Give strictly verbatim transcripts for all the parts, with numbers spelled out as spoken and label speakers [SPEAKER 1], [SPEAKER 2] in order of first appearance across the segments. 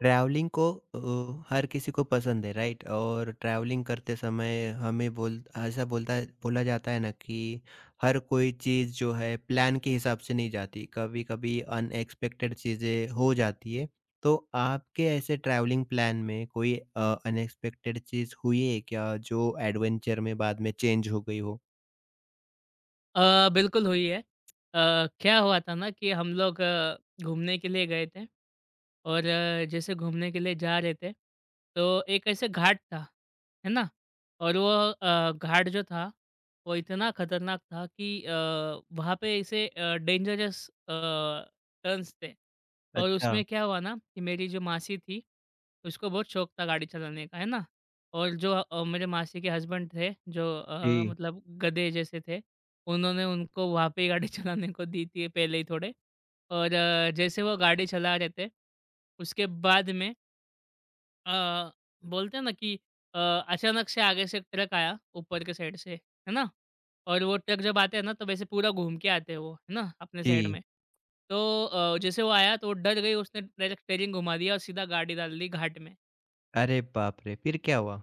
[SPEAKER 1] Travelling को अ, हर किसी को पसंद है राइट। और ट्रैवलिंग करते समय हमें बोल ऐसा बोलता है बोला जाता है ना कि हर कोई चीज़ जो है प्लान के हिसाब से नहीं जाती, कभी कभी अनएक्सपेक्टेड चीज़ें हो जाती है। तो आपके ऐसे ट्रैवलिंग प्लान में कोई अनएक्सपेक्टेड चीज़ हुई है क्या जो एडवेंचर में बाद में चेंज हो गई हो?
[SPEAKER 2] अ, बिल्कुल हुई है। अ, क्या हुआ था ना कि हम लोग अ, घूमने के लिए गए थे और अ, जैसे घूमने के लिए जा रहे थे, तो एक ऐसे घाट था, है ना? और वो अ, घाट जो था, वो इतना खतरनाक था कि अ, वहाँ पे ऐसे अ, डेंजरस अ, टर्न्स थे। और
[SPEAKER 1] अच्छा।
[SPEAKER 2] उसमें क्या हुआ ना कि मेरी जो मासी थी, उसको बहुत शौक था गाड़ी चलाने का, है ना? और जो अ, मेरे मासी के हस्बैंड थे, जो अ,
[SPEAKER 1] जी।
[SPEAKER 2] मतलब गधे जैसे थे, उन्होंने उनको वहाँ पे ही गाड़ी चलाने को दी थी पहले ही थोड़े। और अ, जैसे वो गाड़ी चला रहे थे, उसके बाद में अ, बोलते हैं ना कि अ, अचानक से आगे से एक ट्रक आया ऊपर के साइड से, है ना? और वो ट्रक जब आते हैं ना तो वैसे पूरा घूम के आते हैं वो, है ना? अपने साइड
[SPEAKER 1] जी।
[SPEAKER 2] में। तो अ, जैसे वो आया तो वो डर गई, उसने डायरेक्ट स्टीयरिंग घुमा दिया और सीधा गाड़ी डाल दी घाट में।
[SPEAKER 1] अरे बाप रे, फिर क्या हुआ?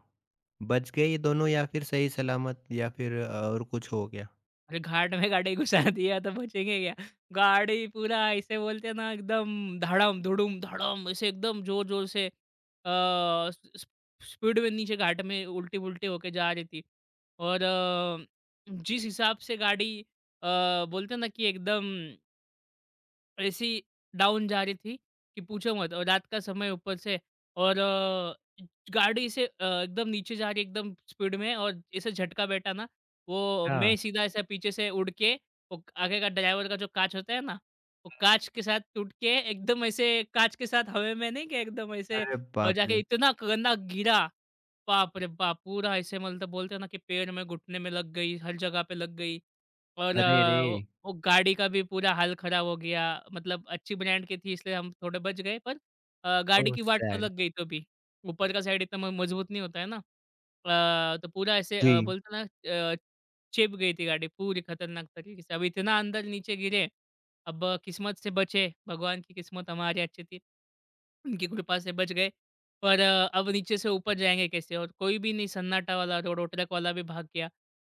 [SPEAKER 1] बच गए ये दोनों या फिर सही सलामत, या फिर अ, और कुछ हो गया?
[SPEAKER 2] अरे घाट में गाड़ी घुसा दिया तो बचेंगे क्या? गाड़ी पूरा ऐसे बोलते हैं ना एकदम धड़म धुड़ुम धड़म ऐसे एकदम जोर जोर से अ, स- स- स्पीड में नीचे घाट में उल्टी पुल्टी होके जा रही थी। और अ, जिस हिसाब से गाड़ी अ, बोलते हैं ना कि एकदम ऐसी डाउन जा रही थी कि पूछो मत, और रात का समय ऊपर से। और अ, गाड़ी से अ, एकदम नीचे जा रही एकदम स्पीड में और ऐसे झटका बैठा ना, वो
[SPEAKER 1] हाँ।
[SPEAKER 2] मैं सीधा ऐसा पीछे से उड़ के, वो आगे का ड्राइवर का जो कांच होता है ना, वो कांच के साथ टूट के एकदम ऐसे, कांच के साथ हवा में नहीं क्या एकदम ऐसे,
[SPEAKER 1] अरे
[SPEAKER 2] और
[SPEAKER 1] बाप
[SPEAKER 2] जाके
[SPEAKER 1] रे!
[SPEAKER 2] इतना गंदा गिरा। बाप रे बाप पूरा ऐसे मतलब बोलते हैं ना कि पैर में, घुटने में लग गई, हर जगह पे लग गई। और
[SPEAKER 1] अरे रे!
[SPEAKER 2] वो गाड़ी का भी पूरा हाल खराब हो गया। मतलब अच्छी ब्रांड की थी इसलिए हम थोड़े बच गए, पर अ, गाड़ी
[SPEAKER 1] ओह
[SPEAKER 2] की वाट तो
[SPEAKER 1] सैड।
[SPEAKER 2] लग गई तो भी। ऊपर का साइड इतना म मजबूत नहीं होता है ना। अ, तो पूरा ऐसे अ,
[SPEAKER 1] जी।
[SPEAKER 2] बोलते हैं ना अ, चिप गई थी गाड़ी पूरी खतरनाक तरीके से। अब इतना अंदर नीचे गिरे, अब किस्मत से बचे, भगवान की किस्मत हमारी अच्छी थी। उनकी कृपा से बच गए। पर अ, अब नीचे से ऊपर जाएँगे कैसे? और कोई भी नहीं, सन्नाटा वाला रोड, और ट्रक वाला भी भाग गया।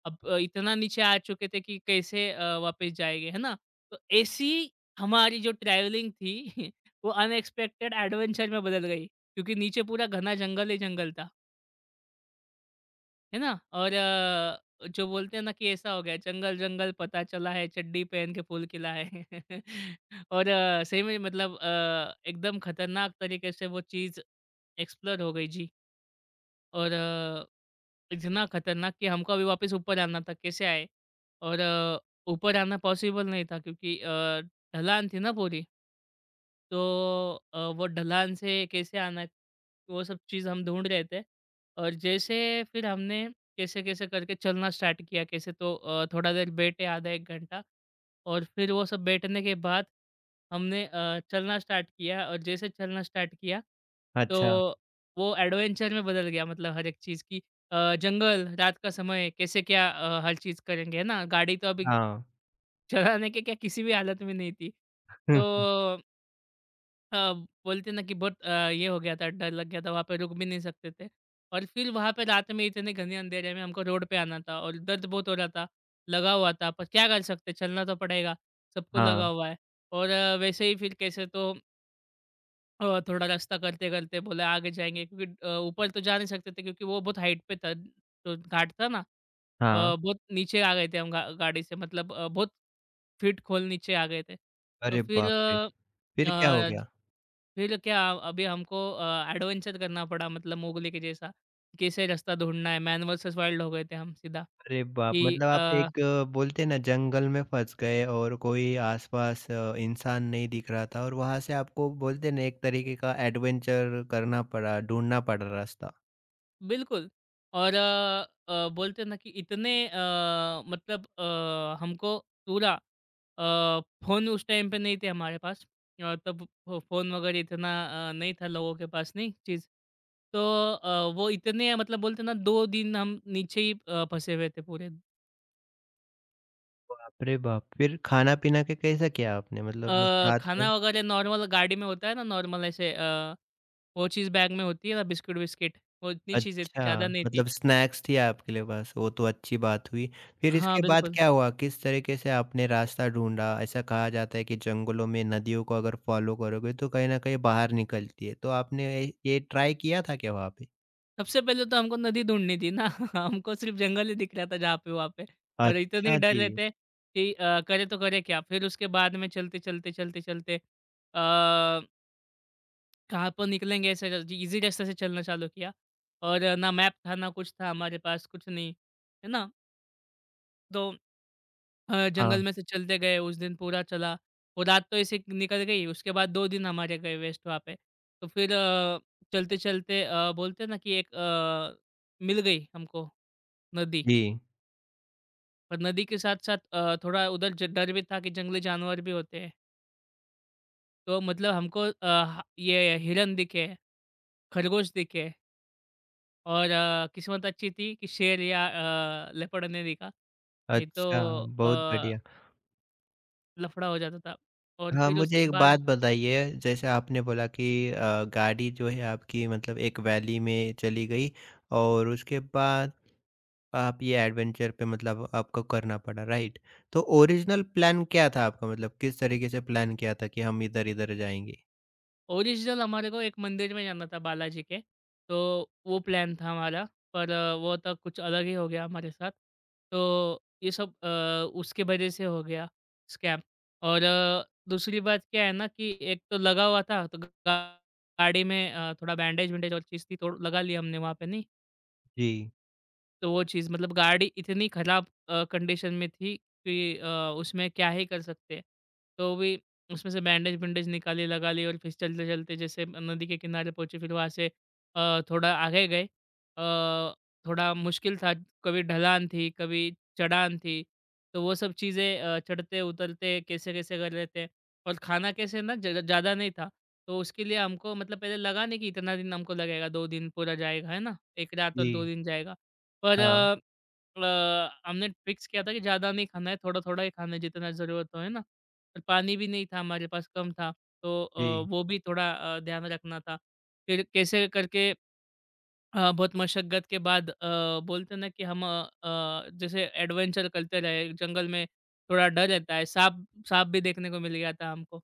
[SPEAKER 2] अब अ, इतना नीचे आ चुके थे कि कैसे अ, वापस जाएँगे, है ना? तो ऐसी हमारी जो ट्रैवलिंग थी वो अनएक्सपेक्टेड एडवेंचर में बदल गई। क्योंकि नीचे पूरा घना जंगल ही जंगल था। है ना? और अ, जो बोलते हैं ना कि ऐसा हो गया जंगल-जंगल पता चला है, चड्डी पहन के फूल खिला है। और अ, सही में मतलब अ, एकदम खतरनाक तरीके से वो चीज़ एक्सप्लोर हो गई जी। और अ, इतना खतरनाक कि हमको अभी वापस ऊपर आना था, कैसे आए? और अ, ऊपर आना पॉसिबल नहीं था, क्योंकि अ, ढलान थी ना पूरी। तो अ, वो ढलान से कैसे आना है, वो सब चीज़ हम ढूँढ रहे थे। और जैसे फिर हमने कैसे-कैसे करके चलना स्टार्ट किया, कैसे तो अ, थोड़ा देर बैठे आधा एक घंटा, और फिर वो सब बैठने के बाद हमने अ, चलना स्टार्ट किया, और जैसे चलना स्टार्ट किया,
[SPEAKER 1] अच्छा।
[SPEAKER 2] तो वो एडवेंचर में बदल गया, मतलब हर एक चीज़ की अ, जंगल, रात का समय, कैसे क्या अ, हर चीज़ करेंगे, है ना? गाड़ी तो अभी
[SPEAKER 1] हाँ।
[SPEAKER 2] चलाने के क्या किसी भी हालत में नहीं थी।
[SPEAKER 1] हुँ।
[SPEAKER 2] तो अ, बोलते ना कि बहुत अ, ये हो गया था, डर लग गया था, वहाँ पे रुक भी नहीं सकते थे। और फिर वहाँ पे रात में इतने घने अंधेरे में हमको रोड पे आना था, और दर्द बहुत हो रहा था, लगा हुआ था, पर क्या कर सकते, चलना तो पड़ेगा, सबको
[SPEAKER 1] हाँ,
[SPEAKER 2] लगा हुआ है। और अ, वैसे ही फिर कैसे तो अ, थोड़ा रास्ता करते-करते बोला आगे जाएँगे, क्योंकि अ, ऊपर तो जा नहीं सकते थे, क्योंकि वो बहुत हाइट पे था, जो घाट था ना। अ,
[SPEAKER 1] हाँ।
[SPEAKER 2] बहुत नीचे आ गए थे हम गा गाड़ी से, मतलब अ, बहुत फीट खोल नीचे आ गए थे। तो
[SPEAKER 1] अरे
[SPEAKER 2] फिर
[SPEAKER 1] बाप रे! फिर क्या हो
[SPEAKER 2] अ,
[SPEAKER 1] गया?
[SPEAKER 2] फिर क्या, अभी हमको अ, एडवेंचर करना पड़ा मतलब मोगली के जैसा, कैसे रास्ता ढूँढना है, मैन वर्सेस वाइल्ड हो गए थे हम सीधा
[SPEAKER 1] अरे बाप!
[SPEAKER 2] कि
[SPEAKER 1] मतलब आप
[SPEAKER 2] अ,
[SPEAKER 1] एक बोलते हैं ना जंगल में फँस गए और कोई आस-पास अ, इंसान नहीं दिख रहा था, और वहाँ से आपको बोलते हैं ना एक तरीके का एडवेंचर करना पड़ा, ढूँढना पड़ा रास्ता।
[SPEAKER 2] बिल्कुल। और अ अ, बोलते हैं ना कि इतने अ, मतलब अ, हमको पूरा अ, फ़ोन उस टाइम पे नहीं थे हमारे पास, अ, तब फ़ो फ़ोन वगैरह इतना अ, नहीं था लोगों के पास नहीं चीज़। तो अ, वो इतने मतलब बोलते हैं ना दो दिन हम नीचे ही अ, फँसे हुए थे पूरे।
[SPEAKER 1] बाप रे बाप! फिर खाना-पीना का कैसा किया आपने
[SPEAKER 2] अ,
[SPEAKER 1] मतलब साथ
[SPEAKER 2] खाना
[SPEAKER 1] में?
[SPEAKER 2] वगैरह नॉर्मल गाड़ी में होता है ना, नॉर्मल ऐसे अ, वो चीज़ बैग में होती है ना, बिस्किट-विस्किट, वो इतनी चीज़ें थी,
[SPEAKER 1] अच्छा,
[SPEAKER 2] ज़्यादा नहीं थी।
[SPEAKER 1] मतलब स्नैक्स थी आपके लिए बस, वो तो अच्छी बात हुई। फिर
[SPEAKER 2] हाँ,
[SPEAKER 1] इसके बाद
[SPEAKER 2] बिल्कुल।
[SPEAKER 1] क्या हुआ? किस तरीके से आपने रास्ता ढूँढा? ऐसा कहा जाता है कि जंगलों में नदियों को अगर फ़ॉलो करोगे तो कहीं न कहीं बाहर निकलती है, तो आपने ये ये ट्राई किया था क्या वहाँ पे?
[SPEAKER 2] सबसे पहले तो हमको नदी ढूँढनी थी ना हमको सिर्फ़ जंगल ही दिख रहा था जहाँ पे वहाँ पे, और इतने
[SPEAKER 1] अच्छा
[SPEAKER 2] डर
[SPEAKER 1] जी।
[SPEAKER 2] रहे थे कि अ, करे तो करे क्या? फिर उसके बाद में चलते, चलते, चलते, चलते अ, कहाँ पर निकलेंगे ऐसे र ईज़ी रास्ते से चलना चालू किया। और ना मैप था, ना कुछ था हमारे पास, कुछ नहीं, है ना? तो अ,
[SPEAKER 1] हाँ,
[SPEAKER 2] जंगल में से चलते गए उस दिन पूरा चला। वो रात तो ऐसे निकल गई, उसके बाद दो दिन हमारे गए वेस्ट वहाँ पे। तो फिर अ, चलते-चलते अ, बोलते हैं ना कि एक अ, मिल गई हमको नदी।
[SPEAKER 1] जी।
[SPEAKER 2] पर नदी के साथ-साथ अ, थोड़ा उधर ज डर भी था कि जंगली जानवर भी होते हैं, तो मतलब हमको अ, ह ये हिरन दिखे, खरगोश दिखे, और अ, किस्मत अच्छी थी कि शेर या अ, लेपर्ड नहीं दिखा। नहीं तो
[SPEAKER 1] अच्छा, बहुत
[SPEAKER 2] अ,
[SPEAKER 1] बढ़िया।
[SPEAKER 2] लफड़ा हो जाता था। और
[SPEAKER 1] हाँ,
[SPEAKER 2] फिर
[SPEAKER 1] मुझे
[SPEAKER 2] उसके
[SPEAKER 1] एक
[SPEAKER 2] बाद
[SPEAKER 1] बात बताइए, जैसे आपने बोला कि अ, गाड़ी जो है आपकी मतलब एक वैली में चली गई। और उसके बाद आप ये एडवेंचर पे मतलब आपको करना पड़ा राइट। तो ओरिजिनल प्लान क्या था आपका, मतलब किस तरीके से प्लान किया था कि हम इधर-इधर जाएँगे?
[SPEAKER 2] ओरिजिनल हमारे को एक मंदिर में जाना था बालाजी के, तो वो प्लान था हमारा, पर अ, वो तो कुछ अलग ही हो गया हमारे साथ। तो ये सब अ, उसके वजह से हो गया स्कैम। और अ, दूसरी बात क्या है ना कि एक तो लगा हुआ था, तो गा- गाड़ी में अ, थोड़ा बैंडेज-वैंडेज और चीज़ थी, तो लगा लिया हमने वहाँ पे नहीं
[SPEAKER 1] जी।
[SPEAKER 2] तो। वो चीज़ मतलब गाड़ी इतनी ख़राब अ, कंडीशन में थी कि अ, उसमें क्या ही कर सकते। तो भी उसमें से बैंडेज-वैंडेज निकाली, लगा ली, और फिर चलते-चलते जैसे नदी के किनारे पहुँचे फिर वहाँ से अ, थोड़ा आगे गए। अ, थोड़ा मुश्किल था, कभी ढलान थी, कभी चढ़ान थी। तो वो सब चीज़ें अ, चढ़ते-उतरते कैसे-कैसे कर रहे थे। और खाना कैसे ना, ज़्यादा ज़्यादा नहीं था। तो उसके लिए हमको, मतलब पहले लगा नहीं कि इतना दिन हमको लगेगा, दो दिन पूरा जाएगा, है ना? एक रात और
[SPEAKER 1] जी।
[SPEAKER 2] दो दिन जाएगा। पर
[SPEAKER 1] हाँ,
[SPEAKER 2] अ, अ, हमने फिक्स किया था कि ज़्यादा नहीं खाना है, थोड़ा-थोड़ा ही खाना है जितना ज़रूरत हो, है ना? और पानी भी नहीं था हमारे पास, कम था, तो अ,
[SPEAKER 1] जी।
[SPEAKER 2] वो भी थोड़ा अ, ध्यान रखना था। फिर कैसे करके अ, बहुत मशक्कत के बाद अ, बोलते ना कि हम अ, अ, जैसे एडवेंचर करते रहे जंगल में। थोड़ा डर रहता है, सांप सांप भी देखने को मिल गया था हमको।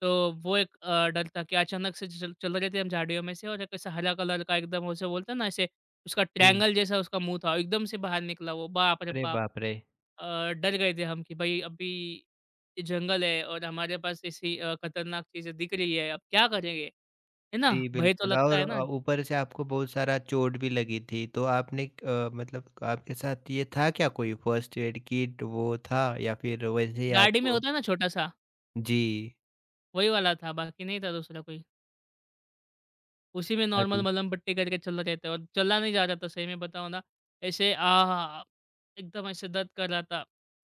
[SPEAKER 2] तो वो एक अ, डर था कि अचानक से चल, चल रहे थे हम झाड़ियों में से, और एक ऐसा हरा कलर का एकदम उसे बोलते हैं ना ऐसे उसका
[SPEAKER 1] जी।
[SPEAKER 2] ट्रैंगल जैसा उसका मुंह था एकदम से बाहर निकला वो, बाप रे
[SPEAKER 1] अरे
[SPEAKER 2] बाप।
[SPEAKER 1] बाप रे!
[SPEAKER 2] अ, डर गए थे हम कि भाई अभी ये जंगल है और हमारे पास ऐसी अ, खतरनाक चीजें दिख रही है, अब क्या करेंगे, है ना?
[SPEAKER 1] जी,
[SPEAKER 2] भय तो
[SPEAKER 1] बिल्कुल।
[SPEAKER 2] लगता
[SPEAKER 1] और
[SPEAKER 2] है ना।
[SPEAKER 1] अ, ऊपर से आपको बहुत सारा चोट भी लगी थी, तो आपने अ, मतलब आपके साथ ये था क्या, कोई फर्स्ट एड किट वो था या फिर वैसे ही
[SPEAKER 2] गाड़ी में
[SPEAKER 1] आपको।
[SPEAKER 2] होता है ना छोटा सा,
[SPEAKER 1] जी।
[SPEAKER 2] वही वाला था, बाकी नहीं था दूसरा कोई। उसी में
[SPEAKER 1] हाँ
[SPEAKER 2] नॉर्मल
[SPEAKER 1] जी।
[SPEAKER 2] मलहम-पट्टी करके चल रहे थे, और चला नहीं जा रहा था सही में बताऊँ ना, ऐसे आहाहा! एकदम ऐसे दर्द कर रहा था।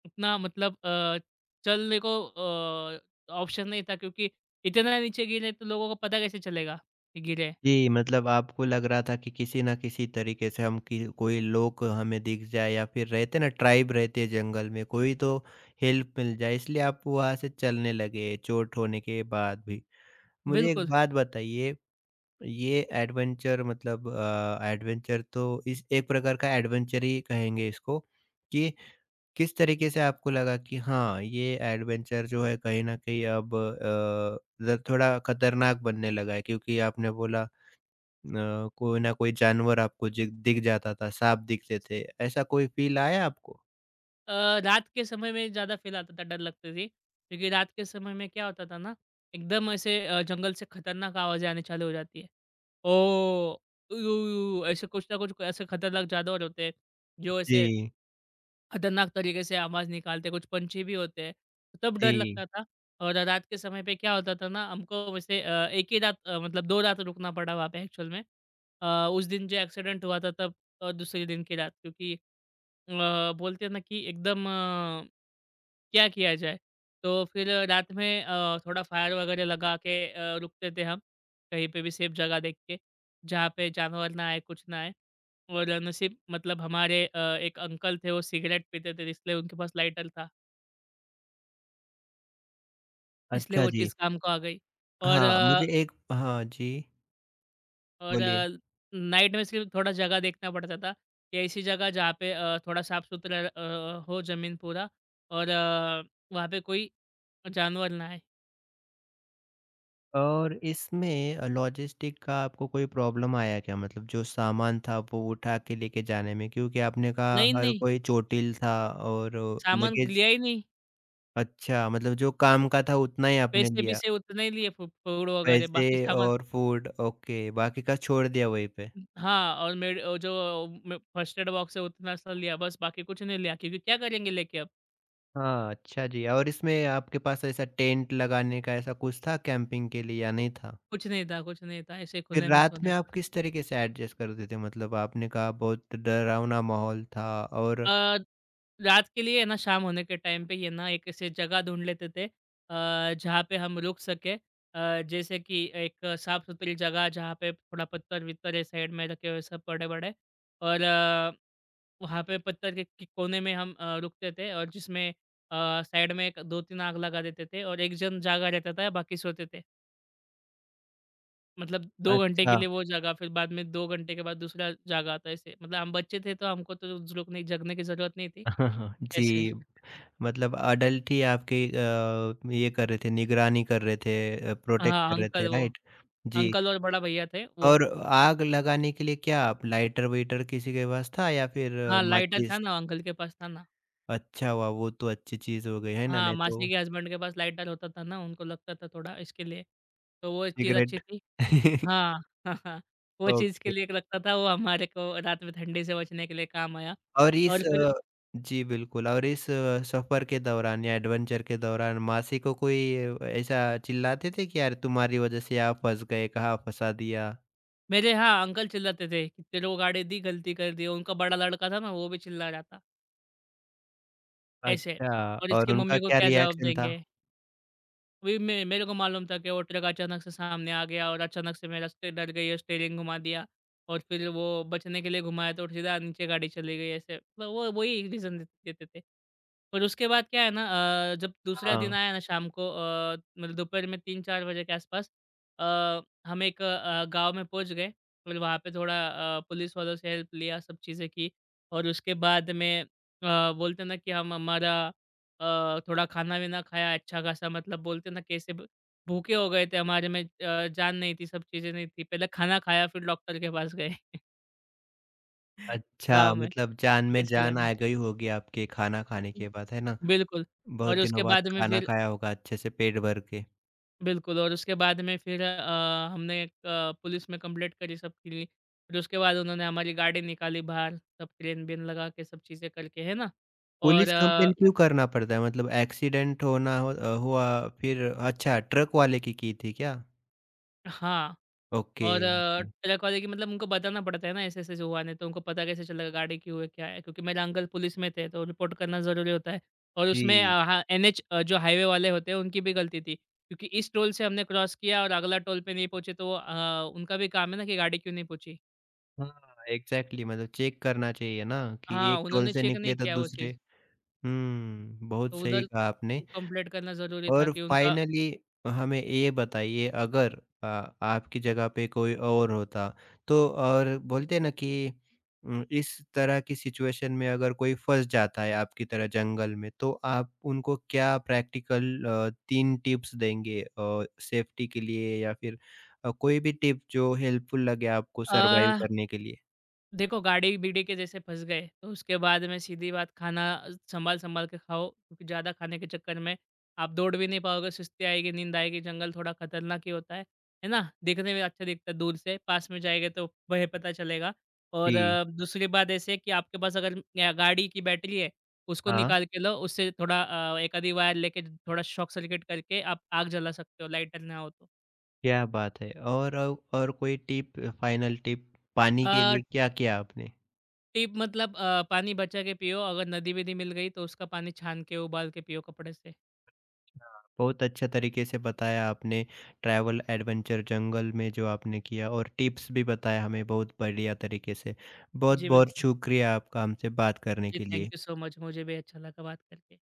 [SPEAKER 2] इतना मतलब अ, चलने को अ, ऑप्शन नहीं था, क्योंकि इतना नीचे गिरे तो लोगों को पता कैसे चलेगा कि गिरे हैं।
[SPEAKER 1] जी, मतलब आपको लग रहा था कि किसी न किसी तरीके से हम कि कोई लोग हमें दिख जाए, या फिर रहते ना ट्राइब रहते हैं जंगल में, कोई तो हेल्प मिल जाए, इसलिए आप वहाँ से चलने लगे चोट होने के बाद भी। मुझे एक
[SPEAKER 2] बिल्कुल।
[SPEAKER 1] बात बताइए, ये एडवेंचर मतलब अ, एडवेंचर तो इस एक प्रकार का एडवेंचर ही कहेंगे इसको, कि किस तरीके से आपको लगा कि हाँ, ये एडवेंचर जो है कहीं न कहीं अब अ, ज़ थोड़ा खतरनाक बनने लगा है, क्योंकि आपने बोला अ, कोई ना कोई जानवर आपको जि दिख जाता था, साँप दिखते थे, ऐसा कोई फ़ील आया आपको?
[SPEAKER 2] अ, रात के समय में ज़्यादा फ़ील आता था, डर लगती थी। क्योंकि रात के समय में क्या होता था ना, एकदम ऐसे अ, जंगल से खतरनाक आवाज़ें आनी चालू हो जाती है। ओ, उयू उयू, ऐसे कुछ ना कुछ ऐसे खतरनाक जानवर होते हैं, जो ऐसे
[SPEAKER 1] जी,
[SPEAKER 2] खतरनाक तरीके से आवाज़ निकालते हैं, कुछ पंछी भी होते हैं। तो तब डर
[SPEAKER 1] जी।
[SPEAKER 2] लगता था। और रात के समय पे क्या होता था ना, हमको वैसे अ, एक ही रात अ, मतलब दो रात रुकना पड़ा वहाँ पे एक्चुअल में। अ, उस दिन जो एक्सीडेंट हुआ था तब, और दूसरे दिन की रात क्योंकि अ, बोलते हैं ना कि एकदम क्या किया जाए? तो फिर रात में अ, थोड़ा फायर वगैरह लगा के अ, रुकते थे हम, कहीं पे भी सेफ जगह देख के, जहाँ पे जानवर ना आए, कुछ ना आए। और नसीब मतलब हमारे अ, एक अंकल थे, वो सिगरेट पीते थे, इसलिए उनके पास लाइटर था, इसलिए
[SPEAKER 1] अच्छा
[SPEAKER 2] वो
[SPEAKER 1] जी।
[SPEAKER 2] चीज़ काम को आ गई। और
[SPEAKER 1] हाँ,
[SPEAKER 2] अ,
[SPEAKER 1] मुझे एक हाँ जी,
[SPEAKER 2] और
[SPEAKER 1] बोलिए।
[SPEAKER 2] अ, नाइट में सिर्फ थोड़ा जगह देखना पड़ता था कि ऐसी जगह जहाँ पे अ, थोड़ा साफ-सुथरा अ, हो ज़मीन पूरा और अ, वहाँ पे कोई जानवर ना आए।
[SPEAKER 1] और इसमें अ, लॉजिस्टिक का आपको कोई प्रॉब्लम आया क्या? मतलब जो सामान था वो उठा के लेके जाने में, क्योंकि आपने कहा
[SPEAKER 2] नहीं,
[SPEAKER 1] हर
[SPEAKER 2] नहीं,
[SPEAKER 1] कोई चोटिल था। और
[SPEAKER 2] सामान
[SPEAKER 1] लगेज।
[SPEAKER 2] लिया ही नहीं।
[SPEAKER 1] अच्छा, मतलब जो काम का था उतना ही आपने लिया,
[SPEAKER 2] पैसे-वैसे उतने ही लिए फू फूड वगैरह
[SPEAKER 1] पैसे
[SPEAKER 2] बाकी सामान।
[SPEAKER 1] और फूड ओके, बाकी का छोड़ दिया वहीं पे।
[SPEAKER 2] हाँ, और मेड अ, जो म फर्स्ट एड बॉक्स है उतना सा लिया बस बाकी कुछ नहीं लिया, क्योंकि क्या करेंगे लेके अब?
[SPEAKER 1] हाँ, अच्छा जी। और इसमें आपके पास ऐसा टेंट लगाने का ऐसा कुछ था कैंपिंग के लिए, या नहीं था?
[SPEAKER 2] कुछ नहीं था, कुछ नहीं था, ऐसे
[SPEAKER 1] फिर
[SPEAKER 2] खुले में
[SPEAKER 1] रात में
[SPEAKER 2] सोने
[SPEAKER 1] आप
[SPEAKER 2] का।
[SPEAKER 1] किस तरीके से एडजस्ट करते थे? मतलब आपने कहा बहुत डरावना माहौल था। और
[SPEAKER 2] अ, रात के लिए ना शाम होने के टाइम पे ये ना एक ऐसे जगह ढूँढ लेते थे अ, जहाँ पे हम रुक सकें। अ, जैसे कि एक साफ-सुथरी जगह जहाँ पे थोड़ा पत्थर-वत्थर है, साइड में रखे हुए सब बड़े-बड़े, और वहाँ पे पत्थर के के कोने में हम अ, रुकते थे, और जिसमें अ, साइड में एक दो तीन आग लगा देते थे और एक जन जागा रहता था, बाकी सोते थे। मतलब दो घंटे
[SPEAKER 1] अच्छा।
[SPEAKER 2] के लिए वो जगह, फिर बाद में दो घंटे के बाद दूसरा जागा, तो ऐसे। मतलब हम बच्चे थे तो हमको तो झुलकने जगने की ज़रूरत नहीं थी, ऐसे।
[SPEAKER 1] जी, मतलब अडल्ट ही आपकी अ, ये कर रहे थे, निगरानी कर रहे थे, प्रोटेक्ट
[SPEAKER 2] हाँ,
[SPEAKER 1] कर रहे
[SPEAKER 2] अंकल
[SPEAKER 1] थे,
[SPEAKER 2] वो
[SPEAKER 1] राइट? जी।
[SPEAKER 2] अंकल और बड़ा भैया थे वो।
[SPEAKER 1] और आग लगाने के लिए क्या आप लाइटर-वाइटर किसी के पास था, या फिर अ,
[SPEAKER 2] हाँ, लाइटर था
[SPEAKER 1] माचिस?
[SPEAKER 2] ना, अंकल के पास था ना।
[SPEAKER 1] अच्छा हुआ, वो तो अच्छी चीज़ हो गई है ना,
[SPEAKER 2] हाँ,
[SPEAKER 1] नहीं तो
[SPEAKER 2] मासी के हस्बैंड के पास लाइटर होता था ना, उनको लगता था थोड़ा इसके लिए। तो वो चीज़ अच्छी
[SPEAKER 1] सिगरेट।
[SPEAKER 2] थी। हाँ, हाँ, हाँ। वो चीज़ के
[SPEAKER 1] ओके।
[SPEAKER 2] लिए एक लगता था, वो हमारे को रात में ठंडी से बचने के लिए काम आया।
[SPEAKER 1] और
[SPEAKER 2] और
[SPEAKER 1] इस
[SPEAKER 2] फिर
[SPEAKER 1] अ, जी, बिल्कुल। और इस अ, सफ़र के दौरान या एडवेंचर के दौरान मासी को कोई ऐसा चिल्लाते थे कि यार तुम्हारी वजह से आप फँस गए, कहाँ फँसा दिया?
[SPEAKER 2] मेरे यहाँ अंकल चिल्लाते थे कि तेरे को गाड़ी दी, गलती कर दी। उनका बड़ा लड़का था ना, वो भी चिल्ला रहा था ऐसे।
[SPEAKER 1] अच्छा।
[SPEAKER 2] और इसकी
[SPEAKER 1] और
[SPEAKER 2] मम्मी
[SPEAKER 1] उनका
[SPEAKER 2] को
[SPEAKER 1] क्या
[SPEAKER 2] क्या जवाब
[SPEAKER 1] रिएक्शन था?
[SPEAKER 2] देंगे? वही, मैं मेरे को मालूम था कि वो ट्रक अचानक से सामने आ गया और अचानक से मेरा स्टे डर गई और स्टीयरिंग घुमा दिया। और फिर वो बचने के लिए घुमाया तो सीधा नीचे गाड़ी चली गई, ऐसे। मतलब वो वही रीज़न दे- देते थे। और उसके बाद क्या है ना, अ, जब दूसरा
[SPEAKER 1] हाँ।
[SPEAKER 2] दिन आया ना, शाम को अ, मतलब दोपहर में तीन चार बजे के आसपास अ, हम एक अ, गांव में पहुंच गए। फिर वहाँ पे थोड़ा अ, पुलिस वालों से हेल्प लिया, सब चीज़ें की। और उसके बाद में अ, बोलते ना कि हम हमारा अ, थोड़ा खाना-वाना खाया अच्छा खासा। मतलब बोलते हैं ना, कैसे ब भूखे हो गए थे, हमारे में अ, जान नहीं थी, सब चीज़ें नहीं थी। पहले खाना खाया फिर डॉक्टर के पास गए गाँव
[SPEAKER 1] अच्छा,
[SPEAKER 2] में,
[SPEAKER 1] मतलब जान में
[SPEAKER 2] चिकित्सालय
[SPEAKER 1] जान
[SPEAKER 2] में।
[SPEAKER 1] आ गई होगी आपके खाना खाने के
[SPEAKER 2] हम्म।
[SPEAKER 1] बाद, है ना?
[SPEAKER 2] बिल्कुल।
[SPEAKER 1] बहुत
[SPEAKER 2] और
[SPEAKER 1] दिनों
[SPEAKER 2] उसके
[SPEAKER 1] बाद
[SPEAKER 2] बाद में
[SPEAKER 1] खाना
[SPEAKER 2] फिर
[SPEAKER 1] खाया होगा अच्छे से पेट भर के।
[SPEAKER 2] बिल्कुल और उसके बाद में फिर अ, हमने एक अ, पुलिस में कंप्लेंट करी सबके लिए। फिर उसके बाद उन्होंने हमारी गाड़ी निकाली बाहर, सब ट्रेन-वेन लगा के, सब चीज़ें करके, है ना? और
[SPEAKER 1] पुलिस
[SPEAKER 2] अ
[SPEAKER 1] कंप्लेंट क्यों करना पड़ता है? मतलब एक्सीडेंट होना हो अ, हुआ फिर, अच्छा, ट्रक वाले की की थी क्या?
[SPEAKER 2] हाँ।
[SPEAKER 1] ओके।
[SPEAKER 2] और अ, ट्रक वाले की, मतलब उनको बताना पड़ता है ना ऐसे-ऐसे जो हुआ, नहीं तो उनको पता कैसे चलेगा गाड़ी क्यों है, क्या है? क्योंकि मेरा अंकल पुलिस में थे, तो रिपोर्ट करना ज़रूरी होता है। और उसमें
[SPEAKER 1] जी।
[SPEAKER 2] अ, हाँ, एन एच अ, जो हाईवे वाले होते हैं उनकी भी गलती थी, क्योंकि इस टोल से हमने क्रॉस किया और अगला टोल पे नहीं पहुँचे, तो अ, उनका भी काम है ना कि गाड़ी क्यों नहीं पहुँची?
[SPEAKER 1] हाँ, एग्ज़ैक्टली, मतलब चेक करना चाहिए ना कि
[SPEAKER 2] हाँ,
[SPEAKER 1] एक टोल
[SPEAKER 2] उन्होंने
[SPEAKER 1] से
[SPEAKER 2] चेक
[SPEAKER 1] निकले
[SPEAKER 2] नहीं
[SPEAKER 1] तो
[SPEAKER 2] किया वो
[SPEAKER 1] दूसरे।
[SPEAKER 2] चीज़,
[SPEAKER 1] हुँ, बहुत
[SPEAKER 2] तो
[SPEAKER 1] सही
[SPEAKER 2] उधर
[SPEAKER 1] कहा आपने।
[SPEAKER 2] कंप्लेंट करना ज़रूरी था
[SPEAKER 1] और
[SPEAKER 2] कि उनका।
[SPEAKER 1] फाइनली हमें ये बताइए, अगर अ, आपकी जगह पे कोई और होता तो, और बोलते हैं ना कि उम, इस तरह की सिचुएशन में अगर कोई फँस जाता है आपकी तरह जंगल में, तो आप उनको क्या प्रैक्टिकल अ, तीन टिप्स देंगे अ, सेफ्टी के लिए, या फिर अ, कोई भी टिप जो हेल्पफुल लगे आपको
[SPEAKER 2] अ
[SPEAKER 1] सर्वाइव करने के लिए?
[SPEAKER 2] देखो, गाड़ी-बीड़ी के जैसे फँस गए, तो उसके बाद में सीधी बात, खाना सँभाल-सँभाल के खाओ, क्योंकि ज़्यादा खाने के चक्कर में आप दौड़ भी नहीं पाओगे, सुस्ती आएगी, नींद आएगी, जंगल थोड़ा खतरनाक ही होता है, है ना? देखने में अच्छा दिखता है दूर से, पास में जाएँगे तो भय पता चलेगा। और
[SPEAKER 1] जी।
[SPEAKER 2] अ, दूसरी बात ऐसे है कि आपके पास अगर अ, गाड़ी की बैटरी है, उसको
[SPEAKER 1] हाँ,
[SPEAKER 2] निकाल के लो, उससे थोड़ा अ, एक आधी वायर लेके थोड़ा शॉर्ट सर्किट करके आप आग जला सकते हो, लाइटर ना हो तो।
[SPEAKER 1] क्या बात है! और औ और कोई टिप, फाइनल टिप, पानी के
[SPEAKER 2] अ,
[SPEAKER 1] लिए क्या किया आपने?
[SPEAKER 2] टिप मतलब अ, पानी बचा के पियो, अगर नदी-वदी मिल गई तो उसका पानी छान के उबाल के पियो कपड़े से।
[SPEAKER 1] हाँ, बहुत अच्छा तरीके से बताया आपने ट्रैवल एडवेंचर जंगल में जो आपने किया, और टिप्स भी बताया हमें बहुत बढ़िया तरीके से।
[SPEAKER 2] जी,
[SPEAKER 1] बहुत-बहुत
[SPEAKER 2] बिल्कुल।
[SPEAKER 1] शुक्रिया आपका हमसे बात करने
[SPEAKER 2] जी,
[SPEAKER 1] के
[SPEAKER 2] थैंक
[SPEAKER 1] लिए।
[SPEAKER 2] You so much. मुझे भी अच्छा लगा बात करके।